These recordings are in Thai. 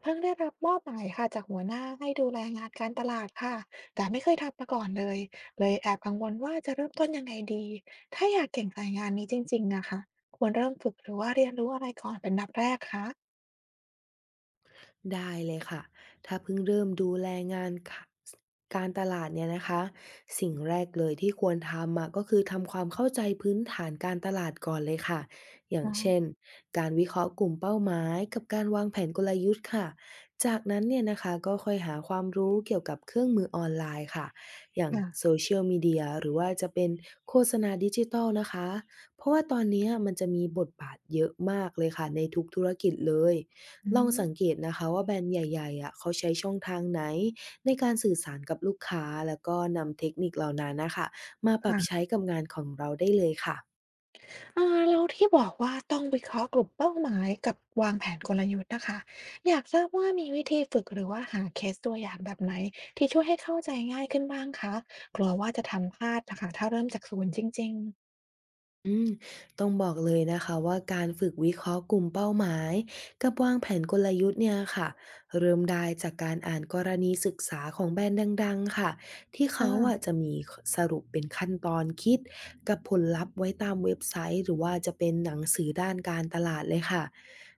เพิ่งได้รับมอบหมายค่ะจากหัวหน้าให้ดูแลงานการตลาดค่ะแต่ไม่เคยทำมาก่อนเลยเลยแอบกังวลว่าจะเริ่มต้นยังไงดีถ้าอยากเก่งสายงานนี้จริงๆนะคะควรเริ่มฝึกหรือว่าเรียนรู้อะไรก่อนเป็นอันดับแรกคะได้เลยค่ะ ถ้าเพิ่งเริ่มดูแลงานค่ะการตลาดเนี่ยนะคะ สิ่งแรกเลยที่ควรทำอะก็คือทำความเข้าใจพื้นฐานการตลาดก่อนเลยค่ะ อย่างอ๋อเช่นการวิเคราะห์กลุ่มเป้าหมายกับการวางแผนกลยุทธ์ค่ะ จากนั้นเนี่ยนะคะก็ค่อยหาความรู้เกี่ยวกับเครื่องมือออนไลน์ค่ะ อย่าง ค่ะ Social Media หรือว่าจะเป็นโฆษณาดิจิทัลนะคะเพราะว่าตอนเนี้ยมันจะมีบทบาทเยอะมากเลยค่ะในทุกธุรกิจเลย อืลองมสังเกตนะคะว่าแบรนด์ใหญ่ๆอะเขาใช้ช่องทางไหนในการสื่อสารกับลูกค้าแล้วก็นำเทคนิคเหล่านั้นนะคะมาปรับใช้ค่ะกับงานของเราได้เลยค่ะ อ่าแล้วที่บอกว่าต้องวิเคราะห์กลุ่มเป้าหมายกับวางแผนกลยุทธ์นะคะอยากทราบว่ามีวิธีฝึกหรือว่าหาเคสตัวอย่างแบบไหนที่ช่วยให้เข้าใจง่ายขึ้นบ้างคะกลัวว่าจะทำพลาดนะคะถ้าเริ่มจากศูนย์จริงๆอืมต้องบอกเลยนะคะว่าการฝึกวิเคราะห์กลุ่มเป้าหมายกับวางแผนกลยุทธ์เนี่ยค่ะเริ่มได้จากการอ่านกรณีศึกษาของแบรนด์ดังๆค่ะที่อ่เขาอะา จะมีสรุปเป็นขั้นตอนคิดกับผลลัพธ์ไว้ตามเว็บไซต์หรือว่าจะเป็นหนังสือด้านการตลาดเลยค่ะ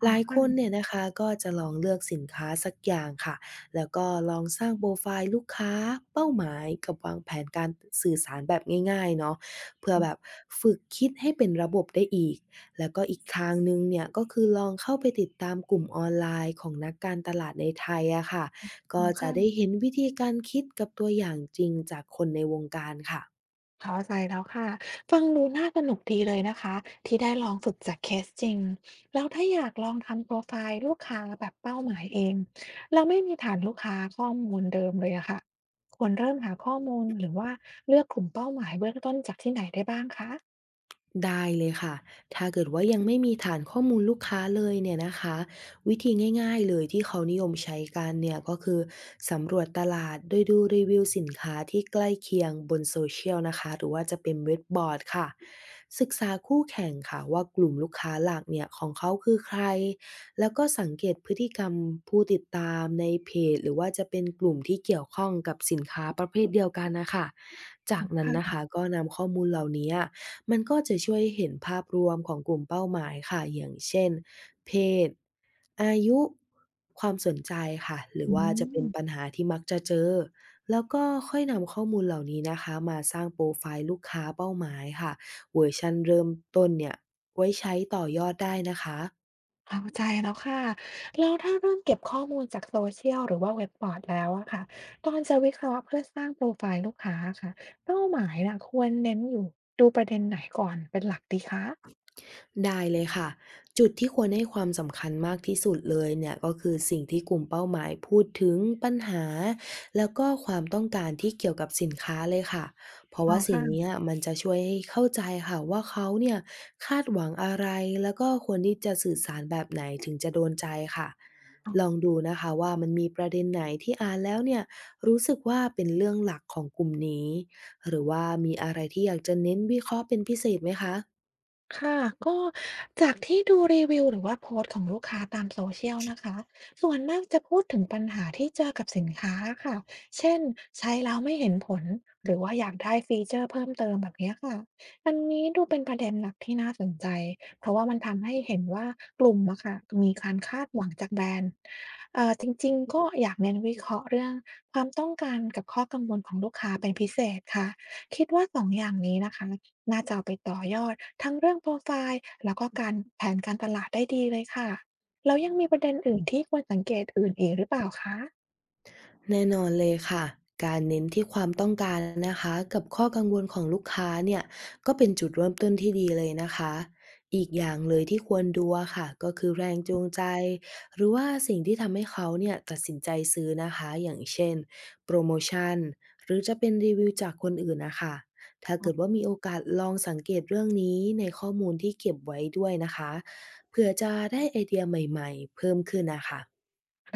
อ๋หอลายคนเนี่ค่ะยนะคะก็จะลองเลือกสินค้าสักอย่างค่ะแล้วก็ลองสร้างโปรไฟล์ลูกค้าเป้าหมายกับวางแผนการสื่อสารแบบง่ายๆเนาะ เพื่ออือแบบฝึกคิดให้เป็นระบบได้อีก แล้วก็อีกทางหนึ่งเนี่ยก็คือลองเข้าไปติดตามกลุ่มออนไลน์ของนักการตลาดในไทยอะค่ะก็จะได้ค่ะเห็นวิธีการคิดกับตัวอย่างจริงจากคนในวงการค่ะ เข้าใจแล้วค่ะ ฟังดูน่าสนุกดีเลยนะคะที่ได้ลองฝึกจากเคสจริงแล้วถ้าอยากลองทำโปรไฟล์ลูกค้าแบบเป้าหมายเองแล้วไม่มีฐานลูกค้าข้อมูลเดิมเลยอะค่ะควรเริ่มหาข้อมูลหรือว่าเลือกกลุ่มเป้าหมายเบื้องต้นจากที่ไหนได้บ้างคะได้เลยค่ะ ถ้าเกิดว่ายังไม่มีฐานข้อมูลลูกค้าเลยเนี่ยนะคะวิธีง่ายๆเลยที่เขานิยมใช้กันเนี่ยก็คือสำรวจตลาดโดยดูรีวิวสินค้าที่ใกล้เคียงบนโซเชียลนะคะหรือว่าจะเป็นเว็บบอร์ดค่ะศึกษาคู่แข่งค่ะว่ากลุ่มลูกค้าหลักเนี่ยของเขาคือใครแล้วก็สังเกตพฤติกรรมผู้ติดตามในเพจหรือว่าจะเป็นกลุ่มที่เกี่ยวข้องกับสินค้าประเภทเดียวกันนะคะจาอ๋กอนั้นนะค่ะคะก็นำข้อมูลเหล่านี้ มันก็จะช่วยเห็นภาพรวมของกลุ่มเป้าหมายค่ะ อย่างเช่นเพศอายุ ความสนใจค่ะ หรืออืว่าจะเป็นปัญม หาที่มักจะเจอ แล้วก็ค่อยนำข้อมูลเหล่านี้นะคะมาสร้างโปรไฟล์ลูกค้าเป้าหมายค่ะ เวอร์ชันเริ่มต้นเนี่ยไว้ใช้ต่อยอดได้นะคะ เข้าใจแล้วค่ะแล้วถ้าเริ่มเก็บข้อมูลจากโซเชียลหรือว่าเว็บบอร์ดแล้วอะค่ะ ตอนจะวิเคราะห์เพื่อสร้างโปรไฟล์ลูกค้าค่ะเป้าหมายน่ะควรเน้นอยู่ดูประเด็นไหนก่อนเป็นหลักดีคะได้เลยค่ะจุดที่ควรให้ความสำคัญมากที่สุดเลยเนี่ยก็คือสิ่งที่กลุ่มเป้าหมายพูดถึงปัญหาแล้วก็ความต้องการที่เกี่ยวกับสินค้าเลยค่ะเพราะอ๋อว่าสิ่งค่เนี้ยมันจะช่วยให้เข้าใจค่ะว่าเขาเนี่ยคาดหวังอะไรแล้วก็ควรที่จะสื่อสารแบบไหนถึงจะโดนใจค่ะะ ลองดูนะคะว่ามันมีประเด็นไหนที่อ่านแล้วเนี่ยรู้สึกว่าเป็นเรื่องหลักของกลุ่มนี้หรือว่ามีอะไรที่อยากจะเน้นวิเคราะห์เป็นพิเศษไหมคะ ค่ะก็จากที่ดูรีวิวหรือว่าโพสต์ของลูกค้าตามโซเชียลนะคะส่วนมากจะพูดถึงปัญหาที่เจอกับสินค้าค่ะเช่นใช้แล้วไม่เห็นผลหรือว่าอยากได้ฟีเจอร์เพิ่มเติมแบบเนี้ยค่ะอันนี้ดูเป็นประเด็นหลักที่น่าสนใจเพราะว่ามันทำให้เห็นว่ากลุ่มอะค่ะมีการคาดหวังจากแบรนด์จริงๆก็อยากเน้นวิเคราะห์เรื่องความต้องการกับข้อกังวลของลูกค้าเป็นพิเศษค่ะคิดว่าสองอย่างนี้นะคะ น่าจะเอาไปต่อยอดทั้งเรื่องโปรไฟล์แล้วก็การแผนการตลาดได้ดีเลยค่ะแล้วยังมีประเด็นอื่นที่ควรสังเกตอื่นอีกหรือเปล่าคะ แน่นอนเลยค่ะการเน้นที่ความต้องการนะคะกับข้อกังวลของลูกค้าเนี่ยก็เป็นจุดเริ่มต้นที่ดีเลยนะคะอีกอย่างเลยที่ควรดูอะค่ะก็คือแรงจูงใจหรือว่าสิ่งที่ทำให้เขาเนี่ยตัดสินใจซื้อนะคะอย่างเช่นโปรโมชั่นหรือจะเป็นรีวิวจากคนอื่นนะคะถ้าเกิดว่ามีโอกาสลองสังเกตเรื่องนี้ในข้อมูลที่เก็บไว้ด้วยนะคะเผื่อจะได้ไอเดียใหม่ๆเพิ่มขึ้นนะคะ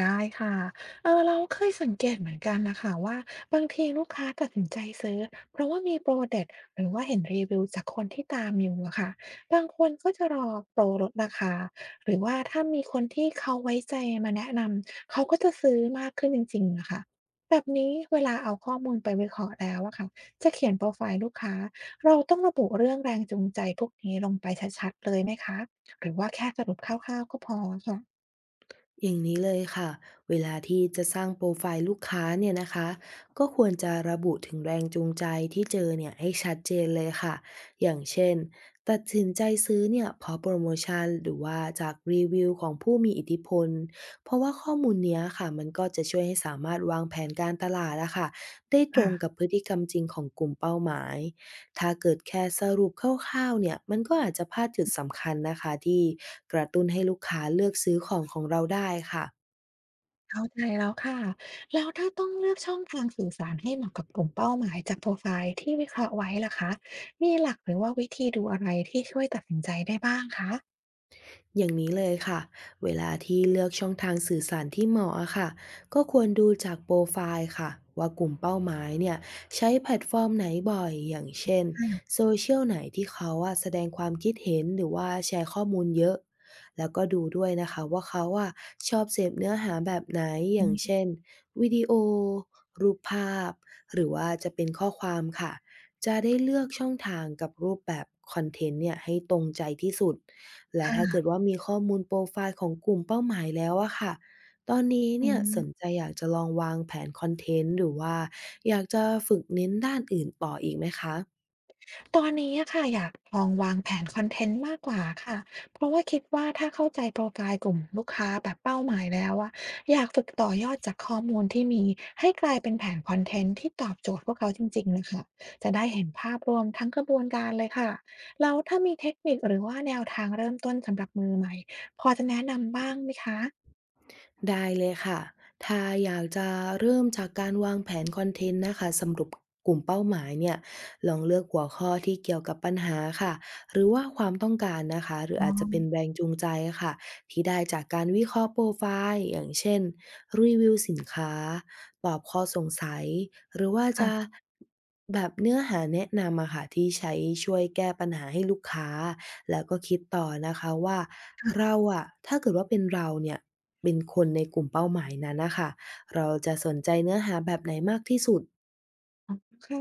ได้ค่ะเออเราเคยสังเกตเหมือนกันนะค่ะว่าบางทีลูกค้าตัดสินใจซื้อเพราะว่ามีโปรเด็ดหรือว่าเห็นรีวิวจากคนที่ตามอยู่อะค่ะบางคนก็จะรอโปรลดราคาหรือว่าถ้ามีคนที่เขาไว้ใจมาแนะนำเขาก็จะซื้อมากขึ้นจริงๆอะค่ะแบบนี้เวลาเอาข้อมูลไปวิเคราะห์แล้วอะค่ะจะเขียนโปรไฟล์ลูกค้าเราต้องระบุเรื่องแรงจูงใจพวกนี้ลงไปชัดๆเลยไหมคะหรือว่าแค่สรุปคร่าวๆก็พอค่ะอย่างนี้เลยค่ะ เวลาที่จะสร้างโปรไฟล์ลูกค้าเนี่ยนะคะ ก็ควรจะระบุถึงแรงจูงใจที่เจอเนี่ยให้ชัดเจนเลยค่ะอย่างเช่นตัดสินใจซื้อเนี่ยเพราะโปรโมชั่นหรือว่าจากรีวิวของผู้มีอิทธิพล เพราะว่าข้อมูลเนี้ยค่ะมันก็จะช่วยให้สามารถวางแผนการตลาดอะค่ะได้ตรค่ะ งกับพฤติกรรมจริงของกลุ่มเป้าหมาย ถ้าเกิดแค่สรุปคร่าวๆเนี่ยมันก็อาจจะพลาดจุดสำคัญนะคะที่กระตุ้นให้ลูกค้าเลือกซื้อของของเราได้ค่ะ เข้าใจแล้วค่ะ แล้วถ้าต้องเลือกช่องทางสื่อสารให้เหมาะกับกลุ่มเป้าหมายจากโปรไฟล์ที่วิเคราะห์ไว้ล่ะคะมีหลักหรือว่าวิธีดูอะไรที่ช่วยตัดสินใจได้บ้างคะอย่างนี้เลยค่ะเวลาที่เลือกช่องทางสื่อสารที่เหมาะอะค่ะก็ควรดูจากโปรไฟล์ค่ะว่ากลุ่มเป้าหมายเนี่ยใช้แพลตฟอร์มไหนบ่อยอย่างเช่นค่ะโซเชียลไหนที่เขาอะแสดงความคิดเห็นหรือว่าแชร์ข้อมูลเยอะแล้วก็ดูด้วยนะคะว่าเขาอะชอบเสพเนื้อหาแบบไหนออืย่างมเช่นวิดีโอรูปภาพหรือว่าจะเป็นข้อความค่ะจะได้เลือกช่องทางกับรูปแบบคอนเทนต์เนี่ยให้ตรงใจที่สุด และค่ะถ้าเกิดว่ามีข้อมูลโปรไฟล์ของกลุ่มเป้าหมายแล้วอะค่ะ ตอนนี้อืเนี่ยสม นใจอยากจะลองวางแผนคอนเทนต์หรือว่าอยากจะฝึกเน้นด้านอื่นต่ออีกไหมคะตอนนี้อะค่ะอยากลองวางแผนคอนเทนต์มากกว่าค่ะเพราะว่าคิดว่าถ้าเข้าใจโปรไฟล์กลุ่มลูกค้าแบบเป้าหมายแล้วอะอยากฝึกต่อยอดจากข้อมูลที่มีให้กลายเป็นแผนคอนเทนต์ที่ตอบโจทย์พวกเขาจริงๆน่ะค่ะจะได้เห็นภาพรวมทั้งกระบวนการเลยค่ะแล้วถ้ามีเทคนิคหรือว่าแนวทางเริ่มต้นสำหรับมือใหม่พอจะแนะนำบ้างไหมคะได้เลยค่ะถ้าอยากจะเริ่มจากการวางแผนคอนเทนต์นะคะสำหรับกลุ่มเป้าหมายเนี่ยลองเลือกหัวข้อที่เกี่ยวกับปัญหาค่ะหรือว่าความต้องการนะคะหรืออาจจะเป็นแรงจูงใจอะค่ะที่ได้จากการวิเคราะห์โปรไฟล์อย่างเช่นรีวิวสินค้า ตอบข้อสงสัยหรือว่าค่ะ จะแบบเนื้อหาแนะนำอะค่ะที่ใช้ช่วยแก้ปัญหาให้ลูกค้าแล้วก็คิดต่อนะคะว่าเราอะถ้าเกิดว่าเป็นเราเนี่ยเป็นคนในกลุ่มเป้าหมายนั้นนะคะเราจะสนใจเนื้อหาแบบไหนมากที่สุด อ๋อค่ะ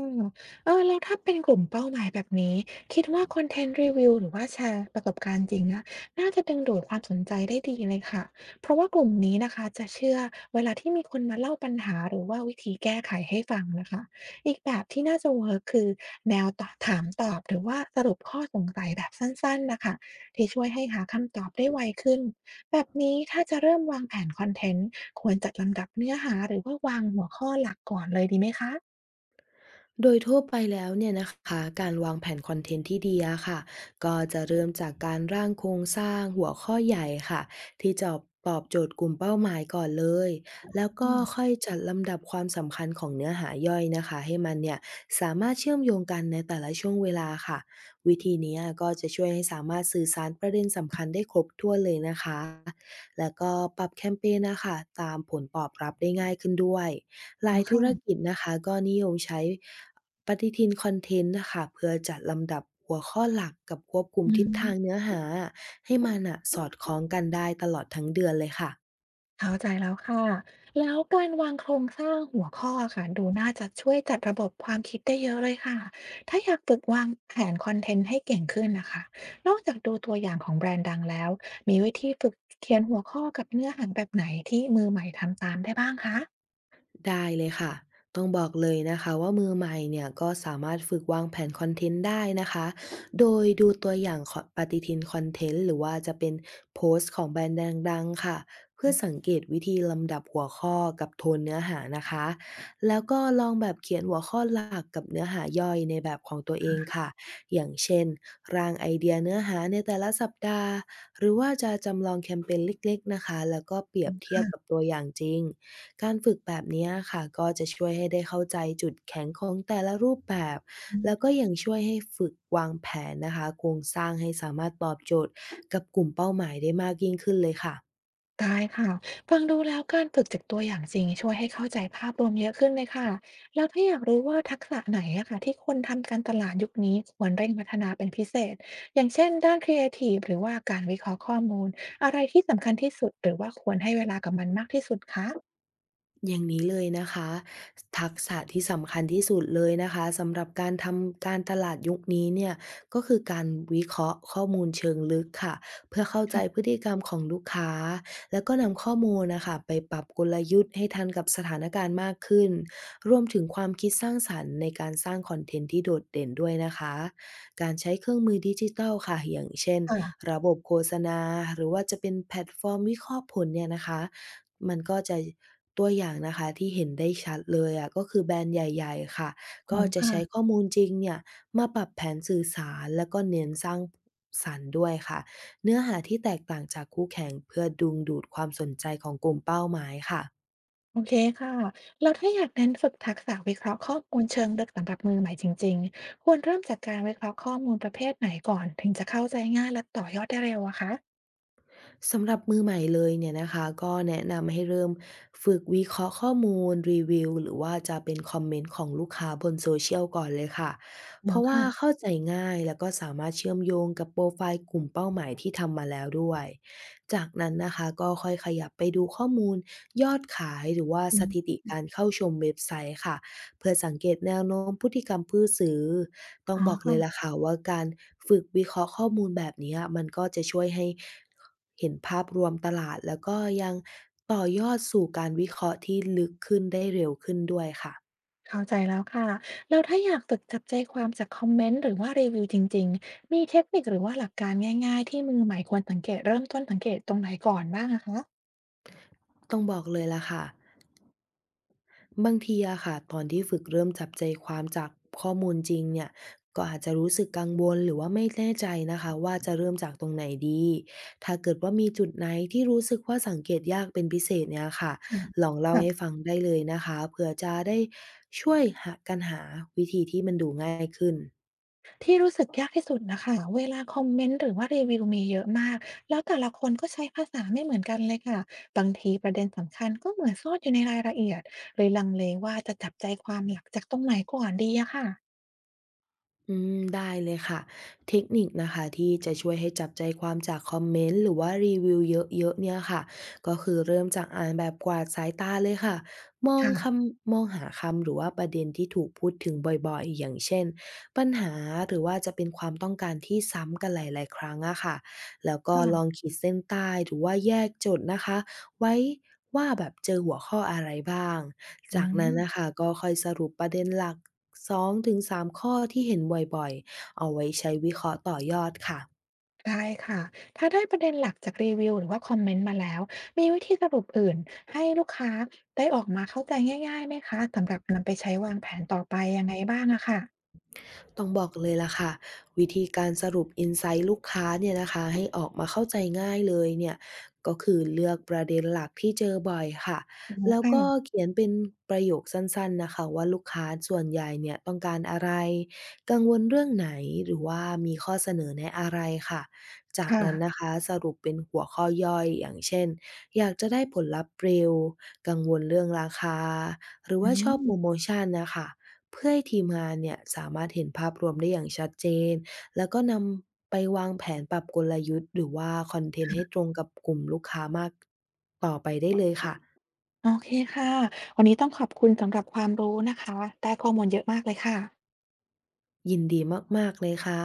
เออแล้วถ้าเป็นกลุ่มเป้าหมายแบบนี้คิดว่าคอนเทนต์รีวิวหรือว่าแชร์ประสบการณ์จริงนะน่าจะดึงดูดความสนใจได้ดีเลยค่ะเพราะว่ากลุ่มนี้นะคะจะเชื่อเวลาที่มีคนมาเล่าปัญหาหรือว่าวิธีแก้ไขให้ฟังนะคะอีกแบบที่น่าจะเวิร์คคือแนวตอบถามตอบหรือว่าสรุปข้อสงสัยแบบสั้นๆ นะคะที่ช่วยให้หาคำตอบได้ไวขึ้นแบบนี้ถ้าจะเริ่มวางแผนคอนเทนต์ควรจัดลำดับเนื้อหาหรือว่าวางหัวข้อหลักก่อนเลยดีไหมคะ โดยทั่วไปแล้วเนี่ยนะคะการวางแผนคอนเทนต์ที่ดีอะค่ะก็จะเริ่มจากการร่างโครงสร้างหัวข้อใหญ่ค่ะที่จะตอบโจทย์กลุ่มเป้าหมายก่อนเลยแล้วก็ค่อยจัดลำดับความสำคัญของเนื้อหาย่อยนะคะให้มันเนี่ยสามารถเชื่อมโยงกันในแต่ละช่วงเวลาค่ะวิธีเนี้ยก็จะช่วยให้สามารถสื่อสารประเด็นสำคัญได้ครบถ้วนเลยนะคะแล้วก็ปรับแคมเปญนะคะตามผลตอบรับได้ง่ายขึ้นด้วย หอ๋ลาอยธุค่ะรกิจนะคะก็นิยมใช้ปฏิทินคอนเทนต์นะคะเพื่อจัดลำดับหัวข้อหลักกับควบคุมอืทิศมทางเนื้อหาให้มัน่ะสอดคล้องกันได้ตลอดทั้งเดือนเลยค่ะ เข้าใจแล้วค่ะแล้วการวางโครงสร้างหัวข้ออะค่ะดูน่าจะช่วยจัดระบบความคิดได้เยอะเลยค่ะถ้าอยากฝึกวางแผนคอนเทนต์ให้เก่งขึ้นน่ะค่ะนอกจากดูตัวอย่างของแบรนด์ดังแล้วมีวิธีฝึกเขียนหัวข้อกับเนื้อหาแบบไหนที่มือใหม่ทำตามได้บ้างคะได้เลยค่ะต้องบอกเลยนะคะว่ามือใหม่เนี่ยก็สามารถฝึกวางแผนคอนเทนต์ได้นะคะ โดยดูตัวอย่างขอปฏิทินคอนเทนต์หรือว่าจะเป็นโพสต์ของแบรนด์ดังๆค่ะเพื่อสังเกตวิธีลำดับหัวข้อกับโทนเนื้อหานะคะแล้วก็ลองแบบเขียนหัวข้อหลักกับเนื้อหาย่อยในแบบของตัวเองค่ะอย่างเช่นร่างไอเดียเนื้อหาในแต่ละสัปดาห์ หรือว่าจะจำลองแคมเปญเล็กๆนะคะแล้วก็เปรียบเทียบกับค่ะตัวอย่างจริง การฝึกแบบเนี้ยค่ะก็จะช่วยให้ได้เข้าใจจุดแข็งของแต่ละรูปแบบอืแล้วก็ม ยังช่วยให้ฝึกวางแผนนะคะโครงสร้างให้สามารถตอบโจทย์กับกลุ่มเป้าหมายได้มากยิ่งขึ้นเลยค่ะ ได้ค่ะฟังดูแล้วการฝึกจากตัวอย่างจริงช่วยให้เข้าใจภาพรวมเยอะขึ้นเลยค่ะแล้วถ้าอยากรู้ว่าทักษะไหนอะค่ะที่คนทำการตลาดยุคนี้ควรเร่งพัฒนาเป็นพิเศษอย่างเช่นด้านครีเอทีฟหรือว่าการวิเคราะห์ข้อมูลอะไรที่สำคัญที่สุดหรือว่าควรให้เวลากับมันมากที่สุดคะอย่างนี้เลยนะคะทักษะที่สำคัญที่สุดเลยนะคะสำหรับการทำการตลาดยุคนี้เนี่ยก็คือการวิเคราะห์ข้อมูลเชิงลึกค่ะเพื่อเข้าใจพฤติกรรมของลูกค้าแล้วก็นำข้อมูลนะคะไปปรับกลยุทธ์ให้ทันกับสถานการณ์มากขึ้นรวมถึงความคิดสร้างสรรค์ในการสร้างคอนเทนต์ที่โดดเด่นด้วยนะคะการใช้เครื่องมือดิจิทัลค่ะอย่างเช่นค่ะระบบโฆษณาหรือว่าจะเป็นแพลตฟอร์มวิเคราะห์ผลเนี่ยนะคะ มันก็จะตัวอย่างนะคะที่เห็นได้ชัดเลยอะก็คือแบรนด์ใหญ่ๆค่ะอ๋ก็อจะค่ะใช้ข้อมูลจริงเนี่ยมาปรับแผนสื่อสารแล้วก็เน้นสร้างสรรค์ด้วยค่ะเนื้อหาที่แตกต่างจากคู่แข่งเพื่อดึงดูดความสนใจของกลุ่มเป้าหมายค่ะ โอเคค่ะแล้วถ้าอยากเน้นฝึกทักษะวิเคราะห์ข้อมูลเชิงลึกสำหรับมือใหม่จริงๆควรเริ่มจากการวิเคราะห์ข้อมูลประเภทไหนก่อนถึงจะเข้าใจง่ายและต่อยอดได้เร็วอะคะสำหรับมือใหม่เลยเนี่ยนะคะก็แนะนำให้เริ่มฝึกวิเคราะห์ข้อมูลรีวิวหรือว่าจะเป็นคอมเมนต์ของลูกค้าบนโซเชียลก่อนเลยค่ะเพเนาะราะว่าค่ะ เข้าใจง่ายแล้วก็สามารถเชื่อมโยงกับโปรไฟล์กลุ่มเป้าหมายที่ทำมาแล้วด้วยจากนั้นนะคะก็ค่อยขยับไปดูข้อมูลยอดขายหรือว่าสถิติการเข้าชมเว็บไซต์ค่ะเพื่อสังเกตแนวโน้มพฤติกรรมผู้ซื้อ ต้องอ๋อบอกเลค่ะยล่ะค่ะว่าการฝึกวิเคราะห์ข้อมูลแบบเนี้ยมันก็จะช่วยให้เห็นภาพรวมตลาดแล้วก็ยังต่อยอดสู่การวิเคราะห์ที่ลึกขึ้นได้เร็วขึ้นด้วยค่ะเข้าใจแล้วค่ะแล้วถ้าอยากฝึกจับใจความจากคอมเมนต์หรือว่ารีวิวจริงๆมีเทคนิคหรือว่าหลักการง่ายๆที่มือใหม่ควรสังเกตเริ่มต้นสังเกตตรงไหนก่อนบ้างอะคะต้องบอกเลยล่ะค่ะ บางทีอะค่ะตอนที่ฝึกเริ่มจับใจความจากข้อมูลจริงเนี่ยก็อาจจะรู้สึกกังวลหรือว่าไม่แน่ใจนะคะว่าจะเริ่มจากตรงไหนดีถ้าเกิดว่ามีจุดไหนที่รู้สึกว่าสังเกตยากเป็นพิเศษเนี่ยค่ะค่ะลองเล่าให้ค่ะฟังได้เลยนะคะเผื่อจะได้ช่วยหากันหาวิธีที่มันดูง่ายขึ้น ที่รู้สึกยากที่สุดนะคะเวลาคอมเมนต์หรือว่ารีวิวมีเยอะมากแล้วแต่ละคนก็ใช้ภาษาไม่เหมือนกันเลยค่ะบางทีประเด็นสำคัญก็เหมือนซ่อนอยู่ในรายละเอียดเลยลังเลว่าจะจับใจความหลักจากตรงไหนก่อนดีอะค่ะอืมได้เลยค่ะเทคนิคนะคะที่จะช่วยให้จับใจความจากคอมเมนต์หรือว่ารีวิวเยอะๆเนี่ยค่ะก็คือเริ่มจากอ่านแบบกวาดสายตาเลยค่ะมองคค่ะมองหาคำหรือว่าประเด็นที่ถูกพูดถึงบ่อยๆอย่างเช่นปัญหาหรือว่าจะเป็นความต้องการที่ซ้ำกันหลายๆครั้งอะค่ะแล้วก็ลองค่ะขีดเส้นใต้หรือว่าแยกโจทย์นะคะไว้ว่าแบบเจอหัวข้ออะไรบ้าง อืจากนั้นนะม คะก็ค่อยสรุปประเด็นหลัก2-3ข้อที่เห็นบ่อยๆเอาไว้ใช้วิเคราะห์ต่อยอดค่ะ ได้ค่ะ ถ้าได้ประเด็นหลักจากรีวิวหรือว่าคอมเมนต์มาแล้ว มีวิธีสรุปอื่นให้ลูกค้าได้ออกมาเข้าใจง่ายๆไหมคะสำหรับนำไปใช้วางแผนต่อไปยังไงบ้างอะค่ะต้องบอกเลยล่ะค่ะวิธีการสรุป i n s i ซต์ลูกค้าเนี่ยนะคะให้ออกมาเข้าใจง่ายเลยเนี่ยก็คือเลือกประเด็นหลักที่เจอบ่อยค่ะโอ๋แล้วค่ะก็เขียนเป็นประโยคสั้นๆนะคะว่าลูกค้าส่วนใหญ่เนี่ยต้องการอะไรกังวลเรื่องไหนหรือว่ามีข้อเสนอแนะอะไรค่ะจากค่ะนั้นนะคะสรุปเป็นหัวข้อย่อยอย่างเช่นอยากจะได้ผลลัพธ์เร็วกังวลเรื่องราคาหรืออืว่าชอบโพมรโมชันน่ะค่ะ เพื่อให้ทีมงานเนี่ยสามารถเห็นภาพรวมได้อย่างชัดเจนแล้วก็นำไปวางแผนปรับกลยุทธ์หรือว่าคอนเทนต์ให้ค่ะตรงกับกลุ่มลูกค้ามากต่อไปได้เลยค่ะโอเคค่ะวันนี้ต้องขอบคุณสำหรับความรู้นะคะได้ข้อมูลเยอะมากเลยค่ะยินดีมากๆเลยค่ะ